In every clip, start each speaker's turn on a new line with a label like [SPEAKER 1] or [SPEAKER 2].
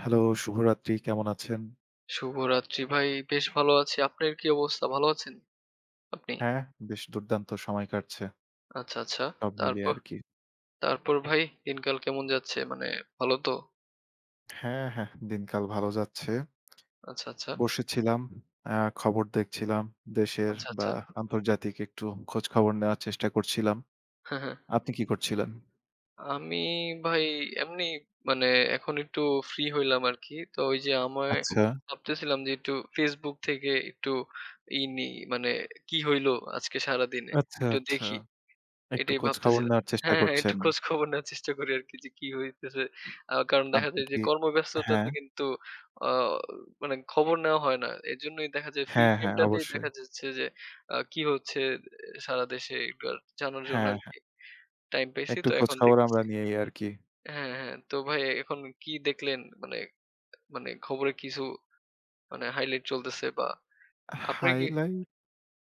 [SPEAKER 1] Hello, শুভরাত্রি। কেমন আছেন?
[SPEAKER 2] শুভরাত্রি ভাই। বেশ ভালো আছি। আপনার কি অবস্থা? ভালো আছেন আপনি?
[SPEAKER 1] হ্যাঁ, বেশ দুর্দান্ত সময় কাটছে।
[SPEAKER 2] আচ্ছা, আচ্ছা।
[SPEAKER 1] সব মিলিয়ে
[SPEAKER 2] তারপর
[SPEAKER 1] আরকি।
[SPEAKER 2] তারপর ভাই দিনকাল কেমন যাচ্ছে? মানে ভালো তো?
[SPEAKER 1] হ্যাঁ, হ্যাঁ, দিনকাল ভালো যাচ্ছে।
[SPEAKER 2] আচ্ছা, আচ্ছা।
[SPEAKER 1] বসেছিলাম, আ খবর দেখছিলাম। দেশের
[SPEAKER 2] আচ্ছা,
[SPEAKER 1] বা
[SPEAKER 2] আচ্ছা।
[SPEAKER 1] আন্তর্জাতিক একটু খোঁজখবর নেওয়ার চেষ্টা করছিলাম।
[SPEAKER 2] হ্যাঁ, হ্যাঁ।
[SPEAKER 1] আপনি কি করছিলেন?
[SPEAKER 2] আমি ভাই এমনি মানে এখন একটু ফ্রি হইলাম আরকি। তো ওই যে আমায়
[SPEAKER 1] আচ্ছা,
[SPEAKER 2] ভাবতেছিলাম যে একটু Facebook থেকে একটু নিই মানে কি হইলো আজকে সারাদিনে
[SPEAKER 1] আচ্ছা,
[SPEAKER 2] একটু
[SPEAKER 1] আচ্ছা।
[SPEAKER 2] দেখি।
[SPEAKER 1] একটু
[SPEAKER 2] এটাই
[SPEAKER 1] খোঁজখবর
[SPEAKER 2] ভাবতেছিলাম।
[SPEAKER 1] নেওয়ার চেষ্টা
[SPEAKER 2] হ্যাঁ, হ্যাঁ, একটু
[SPEAKER 1] করছেন।
[SPEAKER 2] খোঁজ খবর নেওয়ার চেষ্টা করি আরকি যে কি হইতেছে। কারণ দেখা
[SPEAKER 1] আপনি
[SPEAKER 2] যায় যে
[SPEAKER 1] কি
[SPEAKER 2] কর্মব্যস্ততাতে
[SPEAKER 1] হ্যাঁ,
[SPEAKER 2] কিন্তু আ মানে খবর নেওয়া হয় না। এজন্যই দেখা যায় ফ্রি
[SPEAKER 1] হ্যাঁ, হ্যাঁ,
[SPEAKER 2] টাইমটাতেই
[SPEAKER 1] অবশ্যই।
[SPEAKER 2] দেখা যাচ্ছে যে কি হচ্ছে সারা দেশে এগুলো জানার জন্য
[SPEAKER 1] হ্যাঁ, হ্যাঁ,
[SPEAKER 2] আরকি টাইম পেয়েছি।
[SPEAKER 1] একটু
[SPEAKER 2] তো এখন
[SPEAKER 1] খোঁজখবর আমরা
[SPEAKER 2] দেখতেছি।
[SPEAKER 1] নিয়েই আরকি।
[SPEAKER 2] হ্যাঁ, হ্যাঁ। তো ভাই এখন কি দেখলেন? মানে মানে খবরে কিছু মানে হাইলাইট চলতেছে বা আপনার কি
[SPEAKER 1] হাইলাইট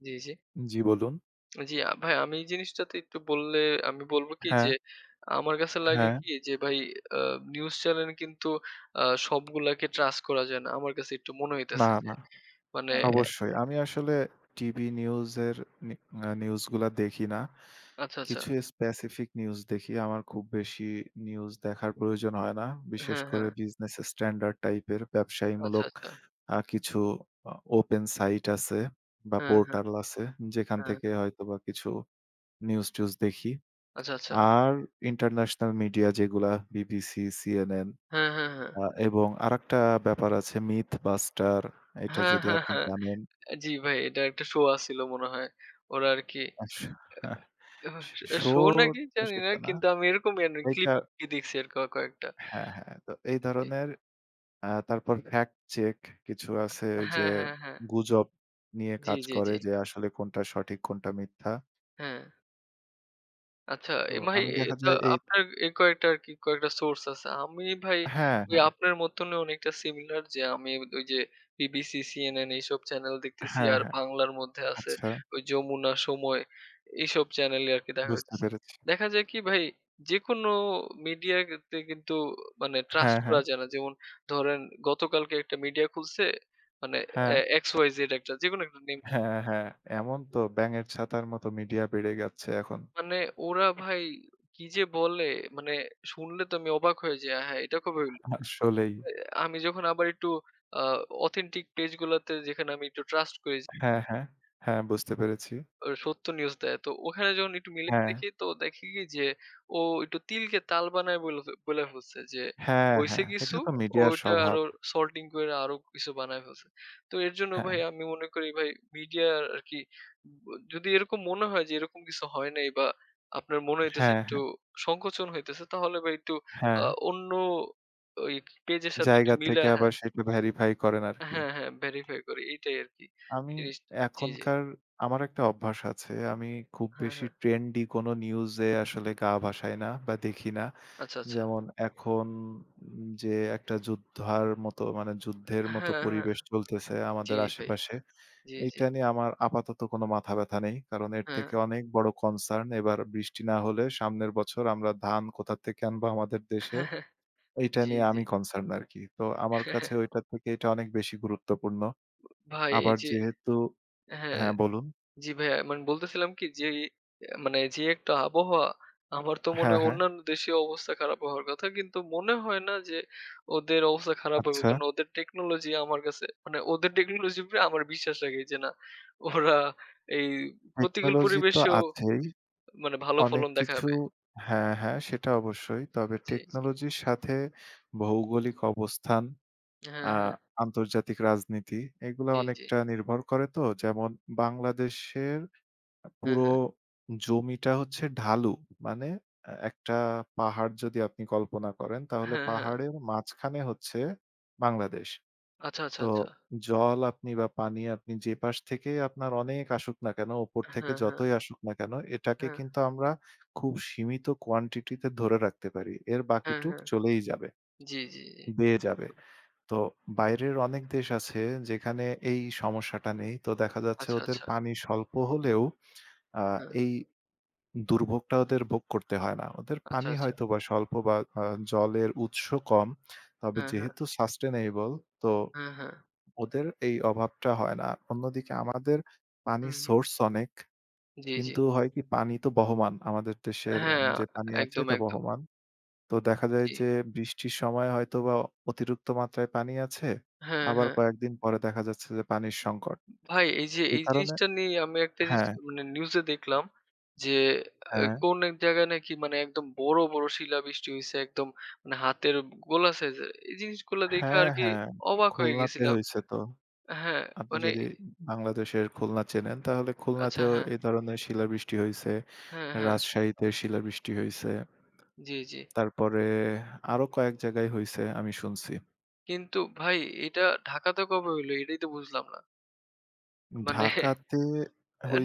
[SPEAKER 2] জি, জি।
[SPEAKER 1] জি বলুন।
[SPEAKER 2] জি, ভাই আমি এই জিনিসটাতে একটু বললে আমি বলব কি
[SPEAKER 1] হ্যাঁ,
[SPEAKER 2] যে, আমার কাছে লাগে
[SPEAKER 1] হ্যাঁ।
[SPEAKER 2] কি যে ভাই আ নিউজ চ্যানেল কিন্তু আ সবগুলাকে ট্রাস্ট করা যায় না। আমার কাছে একটু মনে
[SPEAKER 1] না,
[SPEAKER 2] হইতেছে যে
[SPEAKER 1] না।
[SPEAKER 2] মানে
[SPEAKER 1] বাহ! অবশ্যই। আমি আসলে টিভি নিউজের নি আ নিউজগুলা দেখি না।
[SPEAKER 2] আচ্ছা, আচ্ছা।
[SPEAKER 1] কিছু স্পেসিফিক নিউজ দেখি। আমার খুব বেশি নিউজ দেখার প্রয়োজন হয় না। বিশেষ
[SPEAKER 2] হ্যাঁ,
[SPEAKER 1] করে
[SPEAKER 2] হ্যাঁ।
[SPEAKER 1] বিজনেস স্ট্যান্ডার্ড টাইপের
[SPEAKER 2] আচ্ছা,
[SPEAKER 1] ব্যবসায়ীমূলক
[SPEAKER 2] আচ্ছা।
[SPEAKER 1] কিছু আ ওপেন সাইট আছে বা
[SPEAKER 2] হ্যাঁ, হ্যাঁ,
[SPEAKER 1] পোর্টাল আছে যেখান
[SPEAKER 2] হ্যাঁ।
[SPEAKER 1] থেকে হয়তোবা কিছু নিউজ-টিউজ দেখি।
[SPEAKER 2] আচ্ছা, আচ্ছা।
[SPEAKER 1] আর ইন্টারন্যাশনাল মিডিয়া যেগুলা বিবিসি, সিএনএন,
[SPEAKER 2] হ্যাঁ, হ্যাঁ, হ্যাঁ।
[SPEAKER 1] আ এবং আরেকটা ব্যাপার আছে মিথবাস্টার। এটা
[SPEAKER 2] হ্যাঁ,
[SPEAKER 1] যদি
[SPEAKER 2] হ্যাঁ,
[SPEAKER 1] আপনি
[SPEAKER 2] হ্যাঁ।
[SPEAKER 1] জানেন
[SPEAKER 2] জি ভাই এটা একটা শো আছিল মনে হয়। ওরা আরকি
[SPEAKER 1] আচ্ছা। স শো
[SPEAKER 2] শো নাকি
[SPEAKER 1] তো
[SPEAKER 2] জানি না
[SPEAKER 1] সেটা না।
[SPEAKER 2] কিন্তু আমি এরকম ক্লিপ
[SPEAKER 1] এটা
[SPEAKER 2] দেখছি আর কয়েকটা।
[SPEAKER 1] হ্যাঁ, হ্যাঁ। তো এই
[SPEAKER 2] জি।
[SPEAKER 1] ধরনের তারপর ফ্যাক্ট চেক কিছু আছে ওই যে
[SPEAKER 2] হ্যাঁ, হ্যাঁ, হ্যাঁ।
[SPEAKER 1] গুজব নিয়ে
[SPEAKER 2] জি,
[SPEAKER 1] কাজ
[SPEAKER 2] জি,
[SPEAKER 1] করে
[SPEAKER 2] জি।
[SPEAKER 1] যে আসলে কোনটা সঠিক কোনটা মিথ্যা।
[SPEAKER 2] হ্যাঁ। আচ্ছা,
[SPEAKER 1] তো
[SPEAKER 2] এ ভাই
[SPEAKER 1] আমি দেখা
[SPEAKER 2] এটা
[SPEAKER 1] যায় এই
[SPEAKER 2] আপনার এর কয়েকটা আরকি কয়েকটা সোর্স আছে। আমি ভাই
[SPEAKER 1] হ্যাঁ,
[SPEAKER 2] ওই
[SPEAKER 1] হ্যাঁ।
[SPEAKER 2] আপনার মতনই অনেকটা সিমিলার যে আমি ওই যে BBC, CNN এইসব চ্যানেল দেখতেছি।
[SPEAKER 1] হ্যাঁ,
[SPEAKER 2] আর
[SPEAKER 1] হ্যাঁ।
[SPEAKER 2] বাংলার মধ্যে আছে
[SPEAKER 1] আচ্ছা,
[SPEAKER 2] ওই যমুনা, সময় এইসব চ্যানেলে আরকি দেখা
[SPEAKER 1] বুঝতে
[SPEAKER 2] হইতেছে।
[SPEAKER 1] পেরেছি।
[SPEAKER 2] দেখা যায় কি ভাই যেকোনো মিডিয়াতে কিন্তু মানে ট্রাস্ট
[SPEAKER 1] হ্যাঁ, হ্যাঁ।
[SPEAKER 2] করা যায় না। যেমন ধরেন গতকালকে একটা মিডিয়া খুলছে মানে
[SPEAKER 1] হ্যাঁ,
[SPEAKER 2] এ XYZ একটা যেকোনো একটা নেম
[SPEAKER 1] হ্যাঁ, হ্যাঁ। এমন তো ব্যাঙের ছাতার মতো মিডিয়া বেড়ে যাচ্ছে এখন।
[SPEAKER 2] মানে ওরা ভাই কি যে বলে! মানে শুনলে তো আমি অবাক হয়ে যাই। হ্যাঁ, এটা কবে হইল?
[SPEAKER 1] আসলেই।
[SPEAKER 2] এ আমি যখন আবার একটু আ authentic পেজ গুলাতে যেখানে আমি একটু ট্রাস্ট করি
[SPEAKER 1] হ্যাঁ, হ্যাঁ। হ্যাঁ, বুঝতে পেরেছি।
[SPEAKER 2] সত্য নিউজ দেয়। তো ওখানে যখন একটু মিলিয়ে
[SPEAKER 1] হ্যাঁ।
[SPEAKER 2] দেখি তো দেখি কি যে ও একটু তিলকে তাল বানায় বইলা ফেলছে যে
[SPEAKER 1] হ্যাঁ,
[SPEAKER 2] হইছে
[SPEAKER 1] হ্যাঁ।
[SPEAKER 2] কিছু
[SPEAKER 1] এটা তো মিডিয়ার
[SPEAKER 2] ওইটা
[SPEAKER 1] স্বভাব।
[SPEAKER 2] আরো সল্টিং কইরা আরো কিছু বানায় ফেলছে। তো এর জন্য
[SPEAKER 1] হ্যাঁ।
[SPEAKER 2] ভাই আমি মনে করি ভাই মিডিয়া আরকি ব যদি এরকম মনে হয় যে এরকম কিছু হয় নাই বা আপনার মনে হইতেছে
[SPEAKER 1] হ্যাঁ,
[SPEAKER 2] একটু
[SPEAKER 1] হ্যাঁ,
[SPEAKER 2] সংকোচন হইতেছে তাহলে ভাই একটু আ
[SPEAKER 1] হ্যাঁ।
[SPEAKER 2] অন্য ওই পেজের সাথে একটু
[SPEAKER 1] জায়গা
[SPEAKER 2] মিলা
[SPEAKER 1] থেকে
[SPEAKER 2] হ্যাঁ,
[SPEAKER 1] আবার সেটা ভেরিফাই করেন আরকি।
[SPEAKER 2] হ্যাঁ, হ্যাঁ ভেরিফাই করি। এইটাই আরকি
[SPEAKER 1] আমি
[SPEAKER 2] জিনিসটা। জি, জি।
[SPEAKER 1] এখনকার আমার একটা অভ্যাস আছে। আমি খুব
[SPEAKER 2] হ্যাঁ,
[SPEAKER 1] বেশি
[SPEAKER 2] হ্যাঁ।
[SPEAKER 1] ট্রেন্ডি কোনো নিউজে আসলে গা ভাসাই না বা দেখি না।
[SPEAKER 2] আচ্ছা, আচ্ছা।
[SPEAKER 1] যেমন এখন যে একটা যুদ্ধার মতো মানে যুদ্ধের মতো
[SPEAKER 2] হ্যাঁ, হ্যাঁ।
[SPEAKER 1] পরিবেশ চলতেছে
[SPEAKER 2] জি
[SPEAKER 1] আমাদের
[SPEAKER 2] ভাই।
[SPEAKER 1] আশেপাশে।
[SPEAKER 2] জি, জি।
[SPEAKER 1] এইটা নিয়ে আমার আপাতত কোনো মাথা ব্যথা নেই। কারণ এর
[SPEAKER 2] হ্যাঁ।
[SPEAKER 1] থেকে অনেক বড় কনসার্ন এবার বৃষ্টি না হলে সামনের বছর আমরা ধান কোথা থেকে আনবো আমাদের দেশে এইটা
[SPEAKER 2] জি,
[SPEAKER 1] নিয়ে
[SPEAKER 2] জি।
[SPEAKER 1] আমি কনসার্ন আরকি। তো আমার কাছে ওইটার থেকে এটা অনেক বেশি গুরুত্বপূর্ণ।
[SPEAKER 2] ভাই এই
[SPEAKER 1] আবার
[SPEAKER 2] যে
[SPEAKER 1] যেহেতু
[SPEAKER 2] হ্যাঁ,
[SPEAKER 1] হ্যাঁ, বলুন।
[SPEAKER 2] জি ভাইয়া মানে বলতেছিলাম কি যে মানে যে একটা আবহাওয়া আমার তো মনে
[SPEAKER 1] হ্যাঁ,
[SPEAKER 2] হয়
[SPEAKER 1] হ্যাঁ।
[SPEAKER 2] অন্যান্য দেশীয় অবস্থা খারাপ হওয়ার কথা। কিন্তু মনে হয় না যে ওদের অবস্থা খারাপ হবে।
[SPEAKER 1] আচ্ছা।
[SPEAKER 2] কারণ ওদের টেকনোলজি আমার কাছে মানে ওদের টেকনোলজির উপরে আমার বিশ্বাস রাখি যে না ওরা এই প্রতিকূল
[SPEAKER 1] টেকনোলজি তো
[SPEAKER 2] পরিবেশেও
[SPEAKER 1] আছেই।
[SPEAKER 2] মানে ভালো
[SPEAKER 1] অনেক
[SPEAKER 2] ফলন
[SPEAKER 1] কিছু
[SPEAKER 2] দেখাবে।
[SPEAKER 1] হ্যাঁ, হ্যাঁ, সেটা অবশ্যই। তবে
[SPEAKER 2] জি, জি।
[SPEAKER 1] টেকনোলজির সাথে ভৌগোলিক অবস্থান,
[SPEAKER 2] হ্যাঁ,
[SPEAKER 1] আ
[SPEAKER 2] হ্যাঁ।
[SPEAKER 1] আন্তর্জাতিক রাজনীতি এগুলা
[SPEAKER 2] জি, জি।
[SPEAKER 1] অনেকটা নির্ভর করে তো। যেমন বাংলাদেশের
[SPEAKER 2] হ্যাঁ,
[SPEAKER 1] পুরো
[SPEAKER 2] হ্যাঁ।
[SPEAKER 1] জমিটা হচ্ছে ঢালু। মানে একটা পাহাড় যদি আপনি কল্পনা করেন তাহলে
[SPEAKER 2] হ্যাঁ, হ্যাঁ।
[SPEAKER 1] পাহাড়ের মাঝখানে হচ্ছে বাংলাদেশ।
[SPEAKER 2] আচ্ছা, আচ্ছা,
[SPEAKER 1] তো
[SPEAKER 2] আচ্ছা।
[SPEAKER 1] জল আপনি বা পানি আপনি যে পাশ থেকে আপনার অনেক আসুক না কেন, উপর থেকে
[SPEAKER 2] হ্যাঁ, হ্যাঁ,
[SPEAKER 1] যতই আসুক না কেন এটাকে
[SPEAKER 2] হ্যাঁ।
[SPEAKER 1] কিন্তু আমরা খুব সীমিত কোয়ান্টিটি তে ধরে রাখতে পারি। এর
[SPEAKER 2] হ্যাঁ,
[SPEAKER 1] বাকিটুক
[SPEAKER 2] হ্যাঁ।
[SPEAKER 1] চলেই যাবে,
[SPEAKER 2] জি, জি, জি।
[SPEAKER 1] বেয়ে যাবে। তো বাইরের অনেক দেশ আছে যেখানে এই সমস্যাটা নেই। তো দেখা যাচ্ছে
[SPEAKER 2] আচ্ছা,
[SPEAKER 1] ওদের
[SPEAKER 2] আচ্ছা।
[SPEAKER 1] পানি স্বল্প হলেও আ
[SPEAKER 2] হ্যাঁ।
[SPEAKER 1] এই দুর্ভোগটা ওদের ভোগ করতে হয় না। ওদের
[SPEAKER 2] আচ্ছা,
[SPEAKER 1] পানি
[SPEAKER 2] আচ্ছা।
[SPEAKER 1] হয়তোবা স্বল্প বা আ জলের উৎস কম। তবে
[SPEAKER 2] হ্যাঁ, হ্যাঁ।
[SPEAKER 1] যেহেতু সাস্টেইনেবল তো
[SPEAKER 2] হ্যাঁ, হ্যাঁ।
[SPEAKER 1] ওদের এই অভাবটা হয় না। অন্যদিকে আমাদের
[SPEAKER 2] হুম,
[SPEAKER 1] পানির
[SPEAKER 2] হুম।
[SPEAKER 1] সোর্স অনেক।
[SPEAKER 2] জি, জি।
[SPEAKER 1] কিন্তু হয় কি পানি তো বহমান। আমাদের দেশের
[SPEAKER 2] হ্যাঁ,
[SPEAKER 1] যে পানি আছে
[SPEAKER 2] একদম,
[SPEAKER 1] এটা
[SPEAKER 2] একদম।
[SPEAKER 1] বহমান। তো দেখা যায়
[SPEAKER 2] জি।
[SPEAKER 1] যে বৃষ্টির সময় হয়তোবা অতিরিক্ত মাত্রায় পানি আছে।
[SPEAKER 2] হ্যাঁ,
[SPEAKER 1] আবার
[SPEAKER 2] হ্যাঁ।
[SPEAKER 1] কয়েকদিন পরে দেখা যাচ্ছে যে পানির সংকট।
[SPEAKER 2] ভাই এই যে
[SPEAKER 1] এই
[SPEAKER 2] এই
[SPEAKER 1] কারণে
[SPEAKER 2] জিনিসটা নিয়ে আমি একটা জিনিস
[SPEAKER 1] হ্যাঁ,
[SPEAKER 2] মানে নিউজে দেখলাম যে
[SPEAKER 1] হ্যাঁ,
[SPEAKER 2] কোন এক জায়গায় নাকি মানে একদম বড়, বড় শিলাবৃষ্টি হইছে একদম মানে হাতের গোলা সাইজের। এই জিনিসগুলো দেখে
[SPEAKER 1] হ্যাঁ,
[SPEAKER 2] আরকি
[SPEAKER 1] হ্যাঁ।
[SPEAKER 2] অবাক হয়ে
[SPEAKER 1] খুলনাতে
[SPEAKER 2] গেছিলাম।
[SPEAKER 1] হইছে তো।
[SPEAKER 2] হ্যাঁ,
[SPEAKER 1] আপনি
[SPEAKER 2] মানে
[SPEAKER 1] যদি বাংলাদেশের খুলনা চেনেন তাহলে
[SPEAKER 2] আচ্ছা
[SPEAKER 1] খুলনাতেও
[SPEAKER 2] হ্যাঁ।
[SPEAKER 1] এ ধরনের শিলাবৃষ্টি হইছে।
[SPEAKER 2] হ্যাঁ, হ্যাঁ।
[SPEAKER 1] রাজশাহীতে শিলাবৃষ্টি হইছে।
[SPEAKER 2] জি, জি।
[SPEAKER 1] তারপরে আরো কয়েক জায়গায় হইছে আমি শুনছি।
[SPEAKER 2] কিন্তু ভাই এটা ঢাকাতে কবে হইলো? এটাই তো বুঝলাম না। মানে
[SPEAKER 1] ঢাকাতে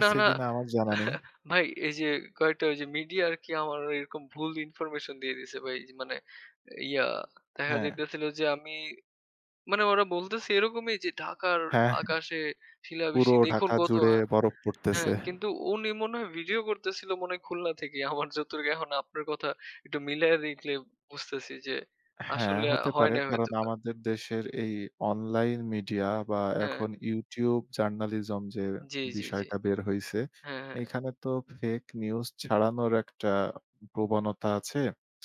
[SPEAKER 2] না, না
[SPEAKER 1] কিনা আমার জানা নেই।
[SPEAKER 2] ভাই এই যে কয়েকটা ওই যে মিডিয়া আরকি আমার এরকম ভুল ইনফরমেশন দিয়ে দিছে ভাই। যে মানে ইয়া দেখা
[SPEAKER 1] হ্যাঁ,
[SPEAKER 2] যাইতেছিল যে আমি মানে ওরা বলতেছে এরকমই যে ঢাকার
[SPEAKER 1] হ্যাঁ,
[SPEAKER 2] আকাশে শিলাবৃষ্টি
[SPEAKER 1] পুরো
[SPEAKER 2] দেখুন
[SPEAKER 1] ঢাকা
[SPEAKER 2] কত
[SPEAKER 1] জুড়ে
[SPEAKER 2] হ্যাঁ,
[SPEAKER 1] বরফ
[SPEAKER 2] হ্যাঁ,
[SPEAKER 1] পড়তেছে।
[SPEAKER 2] কিন্তু উনি মনে হয় ভিডিও করতেছিল মনে হয় খুলনা থেকে। আমার যতটুকু এখন আপনার কথা একটু মিলায়ে দেখলে বুঝতেছি যে
[SPEAKER 1] হ্যাঁ,
[SPEAKER 2] আসলে
[SPEAKER 1] হতে
[SPEAKER 2] হয়
[SPEAKER 1] পারে।
[SPEAKER 2] নাই
[SPEAKER 1] কারণ
[SPEAKER 2] হয়তোবা।
[SPEAKER 1] আমাদের দেশের এই অনলাইন মিডিয়া বা
[SPEAKER 2] হ্যাঁ,
[SPEAKER 1] এখন YouTube জার্নালিজম যে
[SPEAKER 2] জি, জি, জি।
[SPEAKER 1] বিষয়টা বের হইছে,
[SPEAKER 2] হ্যাঁ,
[SPEAKER 1] এখানে তো ফেক নিউজ ছড়ানোর একটা প্রবণতা আছে।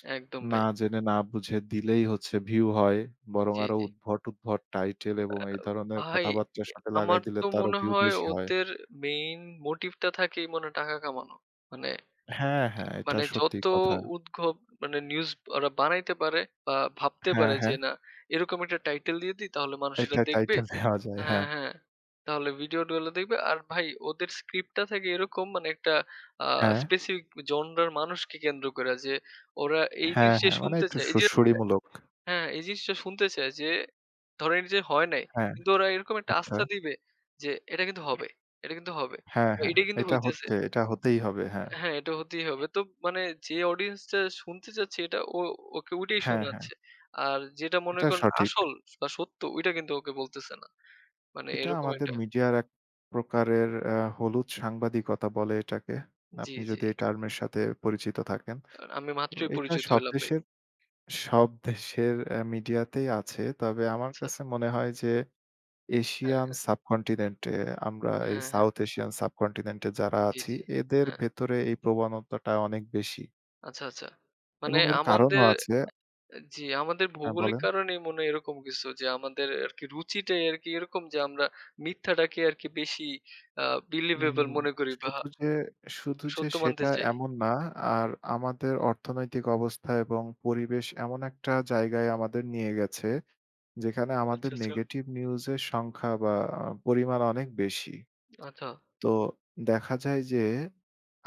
[SPEAKER 2] হ্যাঁ, একদম
[SPEAKER 1] না
[SPEAKER 2] ভাই।
[SPEAKER 1] জেনে না বুঝে দিলেই হচ্ছে ভিউ হয়। বরং
[SPEAKER 2] জি,
[SPEAKER 1] আরো
[SPEAKER 2] জি।
[SPEAKER 1] উদ্ভট, উদ্ভট টাইটেল এবং এই ধরনের
[SPEAKER 2] ভাই
[SPEAKER 1] কথাবার্তার
[SPEAKER 2] এ
[SPEAKER 1] সাথে লাগাই
[SPEAKER 2] আমার
[SPEAKER 1] দিলে
[SPEAKER 2] তো
[SPEAKER 1] তো আরো
[SPEAKER 2] মনে
[SPEAKER 1] ভিউ
[SPEAKER 2] হয়
[SPEAKER 1] বেশি হয়।
[SPEAKER 2] ওদের মেইন মোটিভটা থাকেই মনে হয় টাকা কামানো। মানে
[SPEAKER 1] হ্যাঁ, হ্যাঁ, এটা
[SPEAKER 2] মানে
[SPEAKER 1] সত্যি
[SPEAKER 2] যত
[SPEAKER 1] কথা।
[SPEAKER 2] উদ্ভব মানে নিউজ ওরা বানাইতে পারে বা ভাবতে
[SPEAKER 1] হ্যাঁ,
[SPEAKER 2] পারে যে
[SPEAKER 1] হ্যাঁ,
[SPEAKER 2] না এরকম একটা টাইটেল দিয়ে দিই তাহলে মানুষ এটা
[SPEAKER 1] এটা
[SPEAKER 2] দেখবে
[SPEAKER 1] টাইটেল দেওয়া যায়।
[SPEAKER 2] হ্যাঁ,
[SPEAKER 1] হ্যাঁ,
[SPEAKER 2] হ্যাঁ। তাহলে ভিডিওগুলো দেখবে। আর ভাই ওদের স্ক্রিপ্টটা থাকে এরকম মানে একটা আ
[SPEAKER 1] হ্যাঁ,
[SPEAKER 2] স্পেসিফিক জনরার মানুষকে কেন্দ্র করে যে ওরা এই
[SPEAKER 1] হ্যাঁ,
[SPEAKER 2] জিনিসটা
[SPEAKER 1] হ্যাঁ, মানে
[SPEAKER 2] শুনতে
[SPEAKER 1] একটু
[SPEAKER 2] চায়। এই যে
[SPEAKER 1] সুড়সুড়িমূলক।
[SPEAKER 2] হ্যাঁ, এই জিনিসটা শুনতে চায় যে, ধরেন যে হয় নাই।
[SPEAKER 1] হ্যাঁ,
[SPEAKER 2] কিন্তু ওরা এরকম একটা
[SPEAKER 1] আচ্ছা।
[SPEAKER 2] আস্থা দিবে যে, "এটা কিন্তু হবে, এটা কিন্তু হবে।
[SPEAKER 1] হ্যাঁ,
[SPEAKER 2] বা
[SPEAKER 1] হ্যাঁ।
[SPEAKER 2] এটা কিন্তু
[SPEAKER 1] এটা
[SPEAKER 2] হইতেছে।"
[SPEAKER 1] হচ্ছে, এটা হতেই হবে। হ্যাঁ।
[SPEAKER 2] হ্যাঁ, এটা হতেই হবে। তো মানে যে অডিয়েন্সটা শুনতে চাচ্ছে এটা ওকে ওইটাই
[SPEAKER 1] হ্যাঁ, হ্যাঁ।
[SPEAKER 2] শোনাচ্ছে। আর যেটা মনে
[SPEAKER 1] এটা
[SPEAKER 2] করেন
[SPEAKER 1] সঠিক।
[SPEAKER 2] আসল বা সত্য ওইটা কিন্তু ওকে বলতেছে না। মানে
[SPEAKER 1] এটা
[SPEAKER 2] এরকম
[SPEAKER 1] আমাদের
[SPEAKER 2] একটা
[SPEAKER 1] মিডিয়ার এক প্রকারের হলুদ সাংবাদিকতা বলে এটাকে।
[SPEAKER 2] জি,
[SPEAKER 1] আপনি
[SPEAKER 2] জি।
[SPEAKER 1] যদি এই টার্ম এর সাথে পরিচিত থাকেন।
[SPEAKER 2] আর আমি
[SPEAKER 1] তো
[SPEAKER 2] মাত্রই
[SPEAKER 1] এটা
[SPEAKER 2] পরিচিত
[SPEAKER 1] সব
[SPEAKER 2] হইলাম ভাই।
[SPEAKER 1] দেশের সব দেশের মিডিয়াতেই আছে। তবে আমার
[SPEAKER 2] আচ্ছা।
[SPEAKER 1] কাছে মনে হয় যে
[SPEAKER 2] হ্যাঁ,
[SPEAKER 1] এশিয়ান
[SPEAKER 2] হ্যাঁ।
[SPEAKER 1] সাবকন্টিনেন্ট এ আমরা এই
[SPEAKER 2] হ্যাঁ, হ্যাঁ।
[SPEAKER 1] সাউথ এশিয়ান সাবকন্টিনেন্ট এ যারা
[SPEAKER 2] জি,
[SPEAKER 1] আছি
[SPEAKER 2] জি।
[SPEAKER 1] এদের
[SPEAKER 2] হ্যাঁ।
[SPEAKER 1] ভেতরে এই প্রবণতাটা অনেক বেশি
[SPEAKER 2] আচ্ছা, আচ্ছা। মানে
[SPEAKER 1] এবং এর কারণও
[SPEAKER 2] আমাদের
[SPEAKER 1] আছে।
[SPEAKER 2] জি, আমাদের
[SPEAKER 1] হ্যাঁ,
[SPEAKER 2] ভৌগোলিক
[SPEAKER 1] বলেন।
[SPEAKER 2] কারণেই মনে হয় এরকম কিছু যে আমাদের আরকি রুচিটাই আরকি এরকম যে আমরা মিথ্যাটাকে আরকি বেশি আ
[SPEAKER 1] উম
[SPEAKER 2] believable মনে করি বা
[SPEAKER 1] শুধু যে শুধু যে
[SPEAKER 2] সত্য মানতে
[SPEAKER 1] সেটা
[SPEAKER 2] চাই।
[SPEAKER 1] এমন না। আর আমাদের অর্থনৈতিক অবস্থা এবং পরিবেশ এমন একটা জায়গায় আমাদের নিয়ে গেছে, যেখানে আমাদের
[SPEAKER 2] আচ্ছা, আচ্ছা।
[SPEAKER 1] নেগেটিভ নিউজের সংখ্যা বা পরিমাণ অনেক বেশি।
[SPEAKER 2] আচ্ছা।
[SPEAKER 1] তো দেখা যায় যে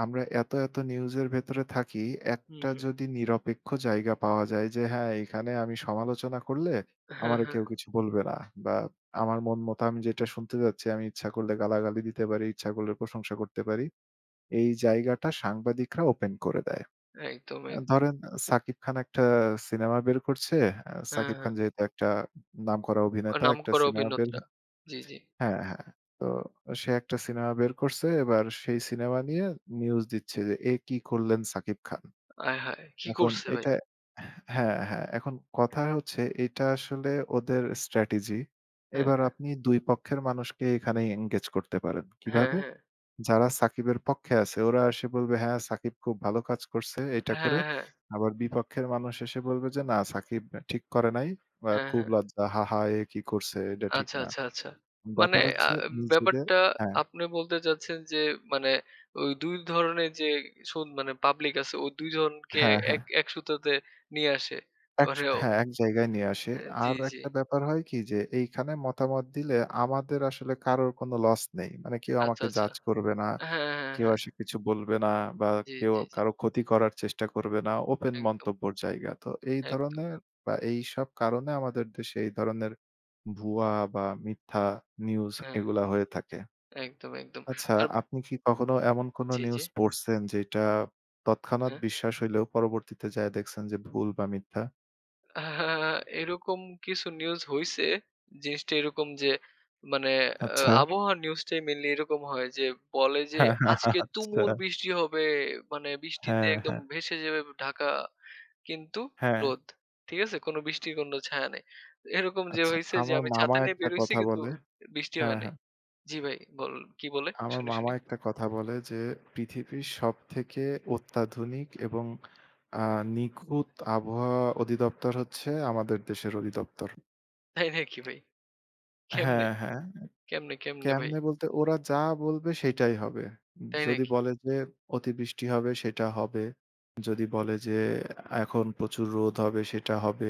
[SPEAKER 1] আমরা এত নিউজের ভেতরে থাকি,
[SPEAKER 2] হুম,
[SPEAKER 1] একটা
[SPEAKER 2] হুম।
[SPEAKER 1] যদি নিরপেক্ষ জায়গা পাওয়া যায় যে হ্যাঁ, এখানে আমি সমালোচনা করলে
[SPEAKER 2] হ্যাঁ,
[SPEAKER 1] আমারে
[SPEAKER 2] হ্যাঁ।
[SPEAKER 1] কেউ কিছু বলবে না বা আমার মন মতো আমি যেটা শুনতে চাচ্ছি আমি ইচ্ছা করলে গালাগালি দিতে পারি, ইচ্ছা করলে প্রশংসা করতে পারি। এই জায়গাটা সাংবাদিকরা ওপেন করে দেয়।
[SPEAKER 2] একদম, একদম।
[SPEAKER 1] ধরেন সাকিব খান একটা সিনেমা বের করছে।
[SPEAKER 2] হ্যাঁ,
[SPEAKER 1] সাকিব
[SPEAKER 2] হ্যাঁ।
[SPEAKER 1] খান যেহেতু একটা নামকরা অভিনেতা, একটা
[SPEAKER 2] নামকরা
[SPEAKER 1] সিনেমা বের
[SPEAKER 2] অভিনেতা। জি, জি।
[SPEAKER 1] হ্যাঁ, হ্যাঁ। তো সে একটা সিনেমা বের করছে। এবার সেই সিনেমা নিয়ে নিউজ দিচ্ছে যে, "এ কি করলেন সাকিব খান?"
[SPEAKER 2] আয় হায়! কি
[SPEAKER 1] এখন
[SPEAKER 2] করছে ভাই?
[SPEAKER 1] এটা হ্যাঁ, হ্যাঁ। এখন কথা হচ্ছে এটা আসলে ওদের স্ট্র্যাটেজি।
[SPEAKER 2] হ্যাঁ,
[SPEAKER 1] এবার আপনি ২ পক্ষের মানুষকে এখানেই এনগেজ করতে পারেন।
[SPEAKER 2] হ্যাঁ,
[SPEAKER 1] কিভাবে?
[SPEAKER 2] হ্যাঁ,
[SPEAKER 1] যারা সাকিবের পক্ষে আছে ওরা এসে বলবে, "হ্যাঁ, সাকিব খুব ভালো কাজ করছে এটা
[SPEAKER 2] হ্যাঁ,
[SPEAKER 1] করে।"
[SPEAKER 2] হ্যাঁ, হ্যাঁ, হ্যাঁ।
[SPEAKER 1] আবার বিপক্ষের মানুষ এসে বলবে যে, "না, সাকিব ঠিক করে নাই। বা
[SPEAKER 2] হ্যাঁ।
[SPEAKER 1] খুব লজ্জা। হাহা! এ কি করছে? এটা ঠিক
[SPEAKER 2] আচ্ছা,
[SPEAKER 1] না।"
[SPEAKER 2] আচ্ছা, আচ্ছা। মানে
[SPEAKER 1] ব্যাপার
[SPEAKER 2] আ
[SPEAKER 1] হচ্ছে নিজেদের
[SPEAKER 2] ব্যাপারটা
[SPEAKER 1] হ্যাঁ,
[SPEAKER 2] আপনি বলতে চাচ্ছেন যে মানে ওই ২ ধরনের যে সুদ মানে পাবলিক আছে ওই ২ জনকে
[SPEAKER 1] হ্যাঁ, হ্যাঁ।
[SPEAKER 2] এক এক সুতাতে নিয়ে আসে।
[SPEAKER 1] এক
[SPEAKER 2] মানে
[SPEAKER 1] হ্যাঁ, এক জায়গায় নিয়ে আসে।
[SPEAKER 2] জি,
[SPEAKER 1] আর
[SPEAKER 2] জি।
[SPEAKER 1] একটা ব্যাপার হয় কি যে এইখানে মতামত দিলে আমাদের আসলে কারোর কোনো লস নেই। মানে কেউ
[SPEAKER 2] আচ্ছা,
[SPEAKER 1] আমাকে
[SPEAKER 2] আচ্ছা।
[SPEAKER 1] জাজ করবে না,
[SPEAKER 2] হ্যাঁ, হ্যাঁ,
[SPEAKER 1] কেউ
[SPEAKER 2] হ্যাঁ।
[SPEAKER 1] এসে কিছু বলবে না বা
[SPEAKER 2] জি,
[SPEAKER 1] কেউ
[SPEAKER 2] জি, জি।
[SPEAKER 1] কারো ক্ষতি করার চেষ্টা করবে না। ওপেন
[SPEAKER 2] একদম,
[SPEAKER 1] মন্তব্যর জায়গা। তো এই
[SPEAKER 2] একদম।
[SPEAKER 1] ধরনের বা এইসব কারণে আমাদের দেশে এই ধরনের ভুয়া বা মিথ্যা নিউজ
[SPEAKER 2] হ্যাঁ,
[SPEAKER 1] এগুলা হয়ে থাকে।
[SPEAKER 2] একদম, একদম।
[SPEAKER 1] আচ্ছা,
[SPEAKER 2] আর
[SPEAKER 1] আপনি কি কখনো এমন কোনো
[SPEAKER 2] জি, জি।
[SPEAKER 1] নিউজ পড়ছেন যেটা তৎক্ষণাৎ
[SPEAKER 2] হ্যাঁ।
[SPEAKER 1] বিশ্বাস হইলেও পরবর্তীতে যায়া দেখছেন যে ভুল বা মিথ্যা?
[SPEAKER 2] আহ এরকম কিছু নিউজ হইছে। জিনিসটা এরকম যে মানে
[SPEAKER 1] আচ্ছা।
[SPEAKER 2] আবহাওয়ার নিউজটাই মেইনলি এরকম হয় যে বলে যে আজকে
[SPEAKER 1] আচ্ছা।
[SPEAKER 2] তুমুল বৃষ্টি হবে। মানে বৃষ্টিতে
[SPEAKER 1] হ্যাঁ,
[SPEAKER 2] একদম
[SPEAKER 1] হ্যাঁ,
[SPEAKER 2] ভেসে যাবে ঢাকা। কিন্তু
[SPEAKER 1] হ্যাঁ।
[SPEAKER 2] রোদ। ঠিক আছে? কোনো বৃষ্টির কোনো ছায়া নেই। এরকম যে
[SPEAKER 1] আচ্ছা,
[SPEAKER 2] হইছে যে
[SPEAKER 1] আমার
[SPEAKER 2] আমি
[SPEAKER 1] মামা
[SPEAKER 2] ছাতা নিয়ে
[SPEAKER 1] একটা
[SPEAKER 2] বের হইছি
[SPEAKER 1] কথা
[SPEAKER 2] কিন্তু
[SPEAKER 1] বলে
[SPEAKER 2] বৃষ্টি হয়
[SPEAKER 1] হ্যাঁ,
[SPEAKER 2] নাই।
[SPEAKER 1] হ্যাঁ।
[SPEAKER 2] জি ভাই বল কি বলে?
[SPEAKER 1] আমার
[SPEAKER 2] শুনি,
[SPEAKER 1] মামা
[SPEAKER 2] শুনি।
[SPEAKER 1] একটা কথা বলে যে পৃথিবীর সবথেকে অত্যাধুনিক এবং আ নিখুঁত আবহাওয়া অধিদপ্তর হচ্ছে আমাদের দেশের অধিদপ্তর।
[SPEAKER 2] তাই নাকি ভাই? কেমনে?
[SPEAKER 1] হ্যাঁ, হ্যাঁ।
[SPEAKER 2] কেমনে, কেমনে ভাই?
[SPEAKER 1] কেমনে বলতে ওরা যা বলবে সেটাই হবে।
[SPEAKER 2] তাই
[SPEAKER 1] যদি
[SPEAKER 2] নাকি?
[SPEAKER 1] বলে যে অতিবৃষ্টি হবে সেটা হবে। যদি বলে যে এখন প্রচুর রোদ হবে সেটা হবে।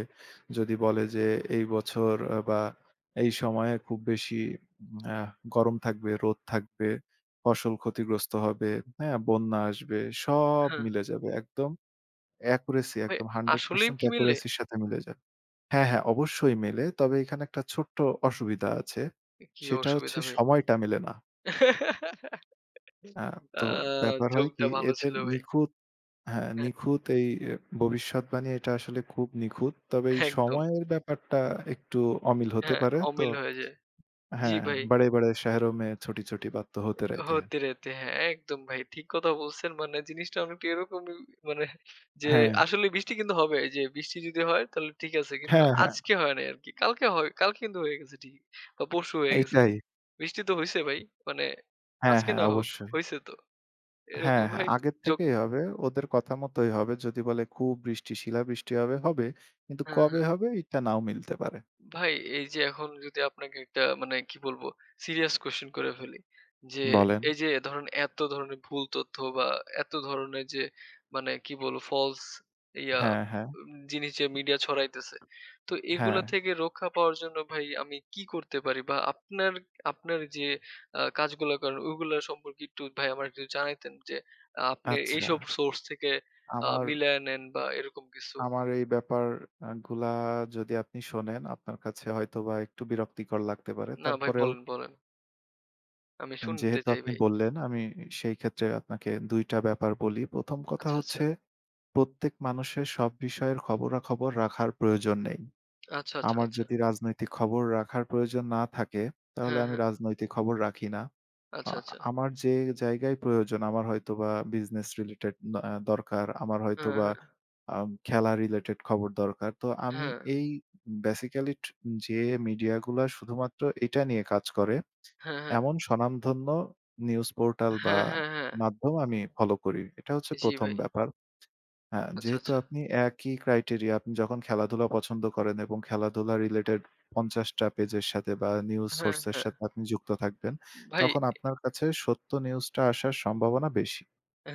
[SPEAKER 1] যদি বলে যে এই বছর বা এই সময়ে খুব বেশি আ গরম থাকবে, রোদ থাকবে, ফসল ক্ষতিগ্রস্ত হবে, হ্যাঁ? বন্যা আসবে। সব
[SPEAKER 2] হ্যাঁ,
[SPEAKER 1] মিলে যাবে। একদম accuracy
[SPEAKER 2] ভাই
[SPEAKER 1] একদম
[SPEAKER 2] আসলেই
[SPEAKER 1] 100%
[SPEAKER 2] কি মিলে?
[SPEAKER 1] accuracy র সাথে মিলে যাবে। হ্যাঁ, হ্যাঁ, অবশ্যই মেলে। তবে এখানে একটা ছোট্ট অসুবিধা আছে।
[SPEAKER 2] কি
[SPEAKER 1] সেটা হচ্ছে
[SPEAKER 2] অসুবিধা ভাই?
[SPEAKER 1] সময়টা মেলে না। আ
[SPEAKER 2] আ
[SPEAKER 1] তো ব্যাপার হয়
[SPEAKER 2] জোকটা
[SPEAKER 1] কি
[SPEAKER 2] ভালো
[SPEAKER 1] এদের
[SPEAKER 2] ছিল ভাই।
[SPEAKER 1] নিখুঁত হ্যাঁ,
[SPEAKER 2] হ্যাঁ,
[SPEAKER 1] নিখুঁত এই এ ভবিষ্যৎবাণী এটা আসলে খুব নিখুঁত। তবে এই
[SPEAKER 2] একদম।
[SPEAKER 1] সময়ের ব্যাপারটা একটু অমিল হতে
[SPEAKER 2] হ্যাঁ,
[SPEAKER 1] পারে। তো
[SPEAKER 2] অমিল হয়ে যায়। জি
[SPEAKER 1] হ্যাঁ,
[SPEAKER 2] ভাই,
[SPEAKER 1] "बड़े बड़े शहरों में छोटी-छोटी बात तो होते रहते हैं"
[SPEAKER 2] "হোতে রেতে" হ্যাঁ, একদম ভাই। ঠিক কথা বলছেন। মানে জিনিসটা অনেকটা এরকমই মানে যে
[SPEAKER 1] হ্যাঁ,
[SPEAKER 2] আসলে বৃষ্টি কিন্তু হবে। যে বৃষ্টি যদি হয় তাহলে ঠিক আছে। কিন্তু
[SPEAKER 1] হ্যাঁ, হ্যাঁ,
[SPEAKER 2] আজকে হয় নাই আরকি। কালকে হয় কালকে কিন্তু হয়ে গেছে ঠিকই। বা পরশু হয়ে গেছে।
[SPEAKER 1] এইটাই।
[SPEAKER 2] বৃষ্টি তো হইছে ভাই। মানে
[SPEAKER 1] হ্যাঁ,
[SPEAKER 2] আজকে
[SPEAKER 1] হ্যাঁ,
[SPEAKER 2] না হোক,
[SPEAKER 1] অবশ্যই।
[SPEAKER 2] হইছে তো।
[SPEAKER 1] হ্যাঁ,
[SPEAKER 2] এরকম
[SPEAKER 1] হ্যাঁ,
[SPEAKER 2] ভাই
[SPEAKER 1] আগের
[SPEAKER 2] জোক
[SPEAKER 1] থেকেই হবে। ওদের কথা মতোই হবে। যদি বলে খুব বৃষ্টি, শিলাবৃষ্টি হবে, হবে। কিন্তু
[SPEAKER 2] হ্যাঁ,
[SPEAKER 1] কবে
[SPEAKER 2] হ্যাঁ।
[SPEAKER 1] হবে এটা নাও মিলতে পারে।
[SPEAKER 2] ভাই এই যে এখন যদি আপনাকে একটা মানে কি বলবো সিরিয়াস কোশ্চেন করে ফেলি যে
[SPEAKER 1] বলেন।
[SPEAKER 2] এই যে ধরেন এত ধরনের ভুল তথ্য বা এত ধরনের যে মানে কি বলবো ফলস ইয়া
[SPEAKER 1] হ্যাঁ, হ্যাঁ,
[SPEAKER 2] জিনিস যে মিডিয়া ছড়াইতেছে তো এগুলা
[SPEAKER 1] হ্যাঁ।
[SPEAKER 2] থেকে রক্ষা পাওয়ার জন্য ভাই আমি কি করতে পারি বা আপনার আপনার যে আহ, কাজগুলো করেন ওইগুলা সম্পর্কে একটু ভাই আমার একটু জানাইতেন যে আহ, আপনি
[SPEAKER 1] আচ্ছা।
[SPEAKER 2] এইসব সোর্স থেকে
[SPEAKER 1] আমার
[SPEAKER 2] মিলায় নেন বা এরকম কিছু
[SPEAKER 1] আমার এই ব্যাপার আ গুলা যদি আপনি শোনেন আপনার কাছে হয়তোবা একটু বিরক্তিকর লাগতে পারে।
[SPEAKER 2] না ভাই
[SPEAKER 1] তারপরেও
[SPEAKER 2] বলেন বলেন আমি শুনতে
[SPEAKER 1] যেহেতু
[SPEAKER 2] চাই
[SPEAKER 1] আপনি
[SPEAKER 2] ভাই
[SPEAKER 1] বললেন আমি সেই ক্ষেত্রে আপনাকে ২ টা ব্যাপার বলি। ১ম কথা
[SPEAKER 2] আচ্ছা আচ্ছা
[SPEAKER 1] হচ্ছে প্রত্যেক মানুষের সব বিষয়ের খবরাখবর রাখার প্রয়োজন নেই।
[SPEAKER 2] আচ্ছা, আচ্ছা,
[SPEAKER 1] আমার
[SPEAKER 2] আচ্ছা।
[SPEAKER 1] যদি রাজনৈতিক খবর রাখার প্রয়োজন না থাকে, তাহলে
[SPEAKER 2] হ্যাঁ,
[SPEAKER 1] আমি
[SPEAKER 2] হ্যাঁ।
[SPEAKER 1] রাজনৈতিক খবর রাখি না। আ
[SPEAKER 2] আচ্ছা, আচ্ছা।
[SPEAKER 1] আমার যে জায়গায় প্রয়োজন, আমার হয়তোবা বিজনেস রিলেটেড না আ দরকার, আমার
[SPEAKER 2] হ্যাঁ,
[SPEAKER 1] হয়তোবা
[SPEAKER 2] হ্যাঁ,
[SPEAKER 1] খেলা রিলেটেড খবর দরকার। তো আমি
[SPEAKER 2] হ্যাঁ,
[SPEAKER 1] এই বেসিক্যালি যে মিডিয়াগুলা শুধুমাত্র এটা নিয়ে কাজ করে,
[SPEAKER 2] হ্যাঁ, হ্যাঁ, হ্যাঁ,
[SPEAKER 1] এমন স্বনামধন্য নিউজ পোর্টাল বা
[SPEAKER 2] হ্যাঁ। হ্যাঁ, হ্যাঁ,
[SPEAKER 1] মাধ্যম আমি ফলো করি। এটা হচ্ছে
[SPEAKER 2] জি
[SPEAKER 1] ১ম
[SPEAKER 2] ভাই।
[SPEAKER 1] ব্যাপার। হ্যাঁ,
[SPEAKER 2] আচ্ছা,
[SPEAKER 1] যেহেতু
[SPEAKER 2] আচ্ছা।
[SPEAKER 1] আপনি একই ক্রাইটেরিয়া আপনি যখন খেলাধুলা পছন্দ করেন এবং খেলাধুলা রিলেটেড ৫০ টা পেজের সাথে বা নিউজ
[SPEAKER 2] হ্যাঁ,
[SPEAKER 1] সোর্স এর
[SPEAKER 2] হ্যাঁ।
[SPEAKER 1] সাথে আপনি যুক্ত থাকবেন,
[SPEAKER 2] ভাই
[SPEAKER 1] তখন আপনার কাছে সত্য নিউজটা আসার সম্ভাবনা বেশি।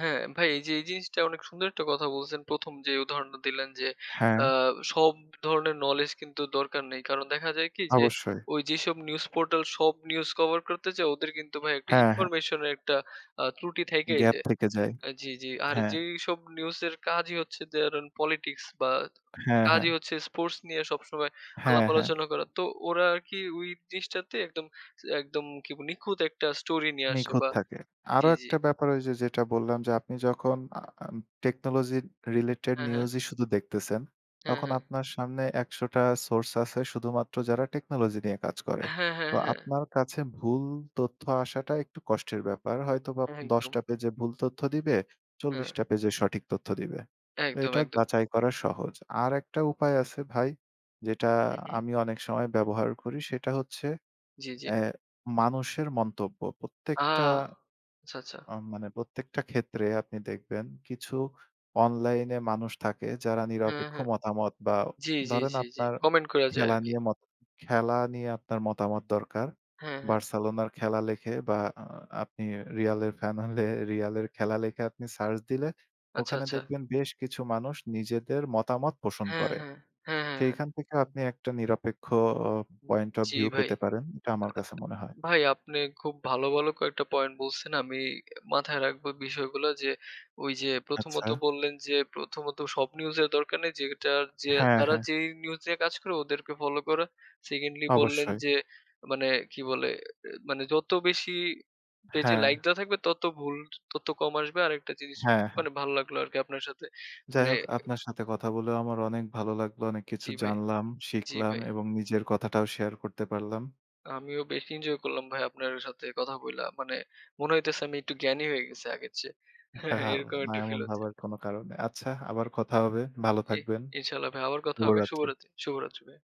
[SPEAKER 2] হ্যাঁ, ভাই এই যে এই জিনিসটা অনেক সুন্দর একটা কথা বলছেন। ১ম যে উদাহরণটা দিলেন যে
[SPEAKER 1] হ্যাঁ,
[SPEAKER 2] আ সব ধরনের নলেজ কিন্তু দরকার নেই। কারণ দেখা যায় কি যে
[SPEAKER 1] অবশ্যই।
[SPEAKER 2] ওই যেসব নিউজ পোর্টাল সব নিউজ কভার করতে চায় ওদের কিন্তু ভাই একটা
[SPEAKER 1] হ্যাঁ, হ্যাঁ।
[SPEAKER 2] ইনফরমেশন এর একটা ত্রুটি থাইকাই
[SPEAKER 1] গ্যাপ
[SPEAKER 2] যায়।
[SPEAKER 1] থেকে যায়।
[SPEAKER 2] জি, জি। আর
[SPEAKER 1] হ্যাঁ,
[SPEAKER 2] যেইসব নিউজের কাজই হচ্ছে ধরেন পলিটিক্স বা
[SPEAKER 1] হ্যাঁ, হ্যাঁ।
[SPEAKER 2] কাজই হচ্ছে স্পোর্টস নিয়ে সবসময় আলাপ
[SPEAKER 1] হ্যাঁ, হ্যাঁ।
[SPEAKER 2] আলোচনা করা। তো ওরা আরকি ওই জিনিসটাতে একদম একদম কি বলে নিখুঁত একটা স্টোরি নিয়ে আসে
[SPEAKER 1] নিখুঁত
[SPEAKER 2] বা
[SPEAKER 1] থাকে। আরো
[SPEAKER 2] জি, জি।
[SPEAKER 1] একটা ব্যাপার ওই যে যেটা বললাম যে আপনি যখন আ আম টেকনোলজি রিলেটেড
[SPEAKER 2] হ্যাঁ, হ্যাঁ।
[SPEAKER 1] নিউজই শুধু দেখতেছেন,
[SPEAKER 2] হ্যাঁ,
[SPEAKER 1] তখন
[SPEAKER 2] হ্যাঁ।
[SPEAKER 1] আপনার সামনে ১০০ টা সোর্স আছে শুধুমাত্র যারা টেকনোলজি নিয়ে কাজ করে।
[SPEAKER 2] হ্যাঁ, হ্যাঁ,
[SPEAKER 1] তো
[SPEAKER 2] হ্যাঁ।
[SPEAKER 1] আপনার কাছে ভুল তথ্য আসাটা একটু কষ্টের ব্যাপার। হয়তোবা ১০
[SPEAKER 2] একদম।
[SPEAKER 1] টা পেজে ভুল তথ্য দিবে,
[SPEAKER 2] হ্যাঁ,
[SPEAKER 1] ৪০ টা পেজে সঠিক তথ্য দিবে। তো
[SPEAKER 2] একদম,
[SPEAKER 1] এটা
[SPEAKER 2] একদম।
[SPEAKER 1] যাচাই করা সহজ। আর একটা উপায় আছে ভাই, যেটা
[SPEAKER 2] হু, হু।
[SPEAKER 1] আমি অনেক সময় ব্যবহার করি সেটা হচ্ছে
[SPEAKER 2] জি, জি।
[SPEAKER 1] অ্যা মানুষের মন্তব্য।
[SPEAKER 2] আ
[SPEAKER 1] প্রত্যেকটা
[SPEAKER 2] আচ্ছা, আচ্ছা।
[SPEAKER 1] মানে প্রত্যেকটা ক্ষেত্রে আপনি দেখবেন কিছু অনলাইনে মানুষ থাকে যারা
[SPEAKER 2] হ্যাঁ,
[SPEAKER 1] নিরপেক্ষ
[SPEAKER 2] হ্যাঁ।
[SPEAKER 1] মতামত বা
[SPEAKER 2] জি, জি,
[SPEAKER 1] ধরেন
[SPEAKER 2] জি, জি।
[SPEAKER 1] আপনার
[SPEAKER 2] কমেন্ট করা যায়
[SPEAKER 1] খেলা
[SPEAKER 2] আরকি।
[SPEAKER 1] নিয়ে মত খেলা নিয়ে আপনার মতামত দরকার।
[SPEAKER 2] হ্যাঁ, হ্যাঁ।
[SPEAKER 1] বার্সেলোনার খেলা লেখে বা আপনি রিয়ালের ফ্যান হলে রিয়ালের খেলা লেখে আপনি সার্চ দিলে
[SPEAKER 2] আচ্ছা,
[SPEAKER 1] ওখানে
[SPEAKER 2] আচ্ছা।
[SPEAKER 1] দেখবেন বেশ কিছু মানুষ নিজেদের মতামত পোষণ
[SPEAKER 2] হ্যাঁ,
[SPEAKER 1] করে।
[SPEAKER 2] হ্যাঁ। হ্যাঁ, হ্যাঁ,
[SPEAKER 1] সেইখান
[SPEAKER 2] হ্যাঁ।
[SPEAKER 1] থেকে আপনি একটা নিরপেক্ষ অ পয়েন্ট অফ
[SPEAKER 2] জি
[SPEAKER 1] ভিউ
[SPEAKER 2] ভাই।
[SPEAKER 1] পেতে পারেন। এটা আমার কাছে মনে হয়।
[SPEAKER 2] ভাই আপনি খুব ভালো, ভালো কয়েকটা পয়েন্ট বলছেন। আমি মাথায় রাখবো বিষয়গুলো যে, ওই যে
[SPEAKER 1] আচ্ছা।
[SPEAKER 2] প্রথমত বললেন যে, প্রথমত সব নিউজের দরকার নেই। যেটার যে
[SPEAKER 1] হ্যাঁ,
[SPEAKER 2] যারা
[SPEAKER 1] হ্যাঁ।
[SPEAKER 2] যেই নিউজ নিয়ে কাজ করে ওদেরকে ফলো করা। সেকেন্ডলি বললেন
[SPEAKER 1] অবশ্যই।
[SPEAKER 2] যে মানে কি বলে? মানে যত বেশি পেজে
[SPEAKER 1] হ্যাঁ,
[SPEAKER 2] লাইক দেওয়া থাকবে তত ভুল তথ্য কম আসবে। আরেকটা জিনিস
[SPEAKER 1] হ্যাঁ, হ্যাঁ।
[SPEAKER 2] মানে ভালো লাগলো আরকি আপনার সাথে।
[SPEAKER 1] যাই
[SPEAKER 2] মানে
[SPEAKER 1] হোক আপনার সাথে কথা বলেও আমার অনেক ভালো লাগলো। অনেক কিছু
[SPEAKER 2] জি ভাই,
[SPEAKER 1] জানলাম,
[SPEAKER 2] জি
[SPEAKER 1] শিখলাম
[SPEAKER 2] ভাই।
[SPEAKER 1] এবং নিজের কথাটাও শেয়ার করতে পারলাম।
[SPEAKER 2] আমিও বেশ এনজয় করলাম ভাই আপনার সাথে কথা বইলা। মানে মনে হইতেছে আমি একটু জ্ঞানী হয়ে গেছি আগের চেয়ে।
[SPEAKER 1] হ্যাঁ,
[SPEAKER 2] এরকম
[SPEAKER 1] না
[SPEAKER 2] একটা ফিল
[SPEAKER 1] এমন
[SPEAKER 2] হচ্ছে।
[SPEAKER 1] ভাবার কোনো কারণ নেই। আচ্ছা আবার কথা হবে। ভালো
[SPEAKER 2] ই
[SPEAKER 1] থাকবেন।
[SPEAKER 2] ইনশাআল্লাহ ভাই আবার কথা হবে।
[SPEAKER 1] শুভরাত্রি।
[SPEAKER 2] শুভরাত্রি, শুভরাত্রি ভাই।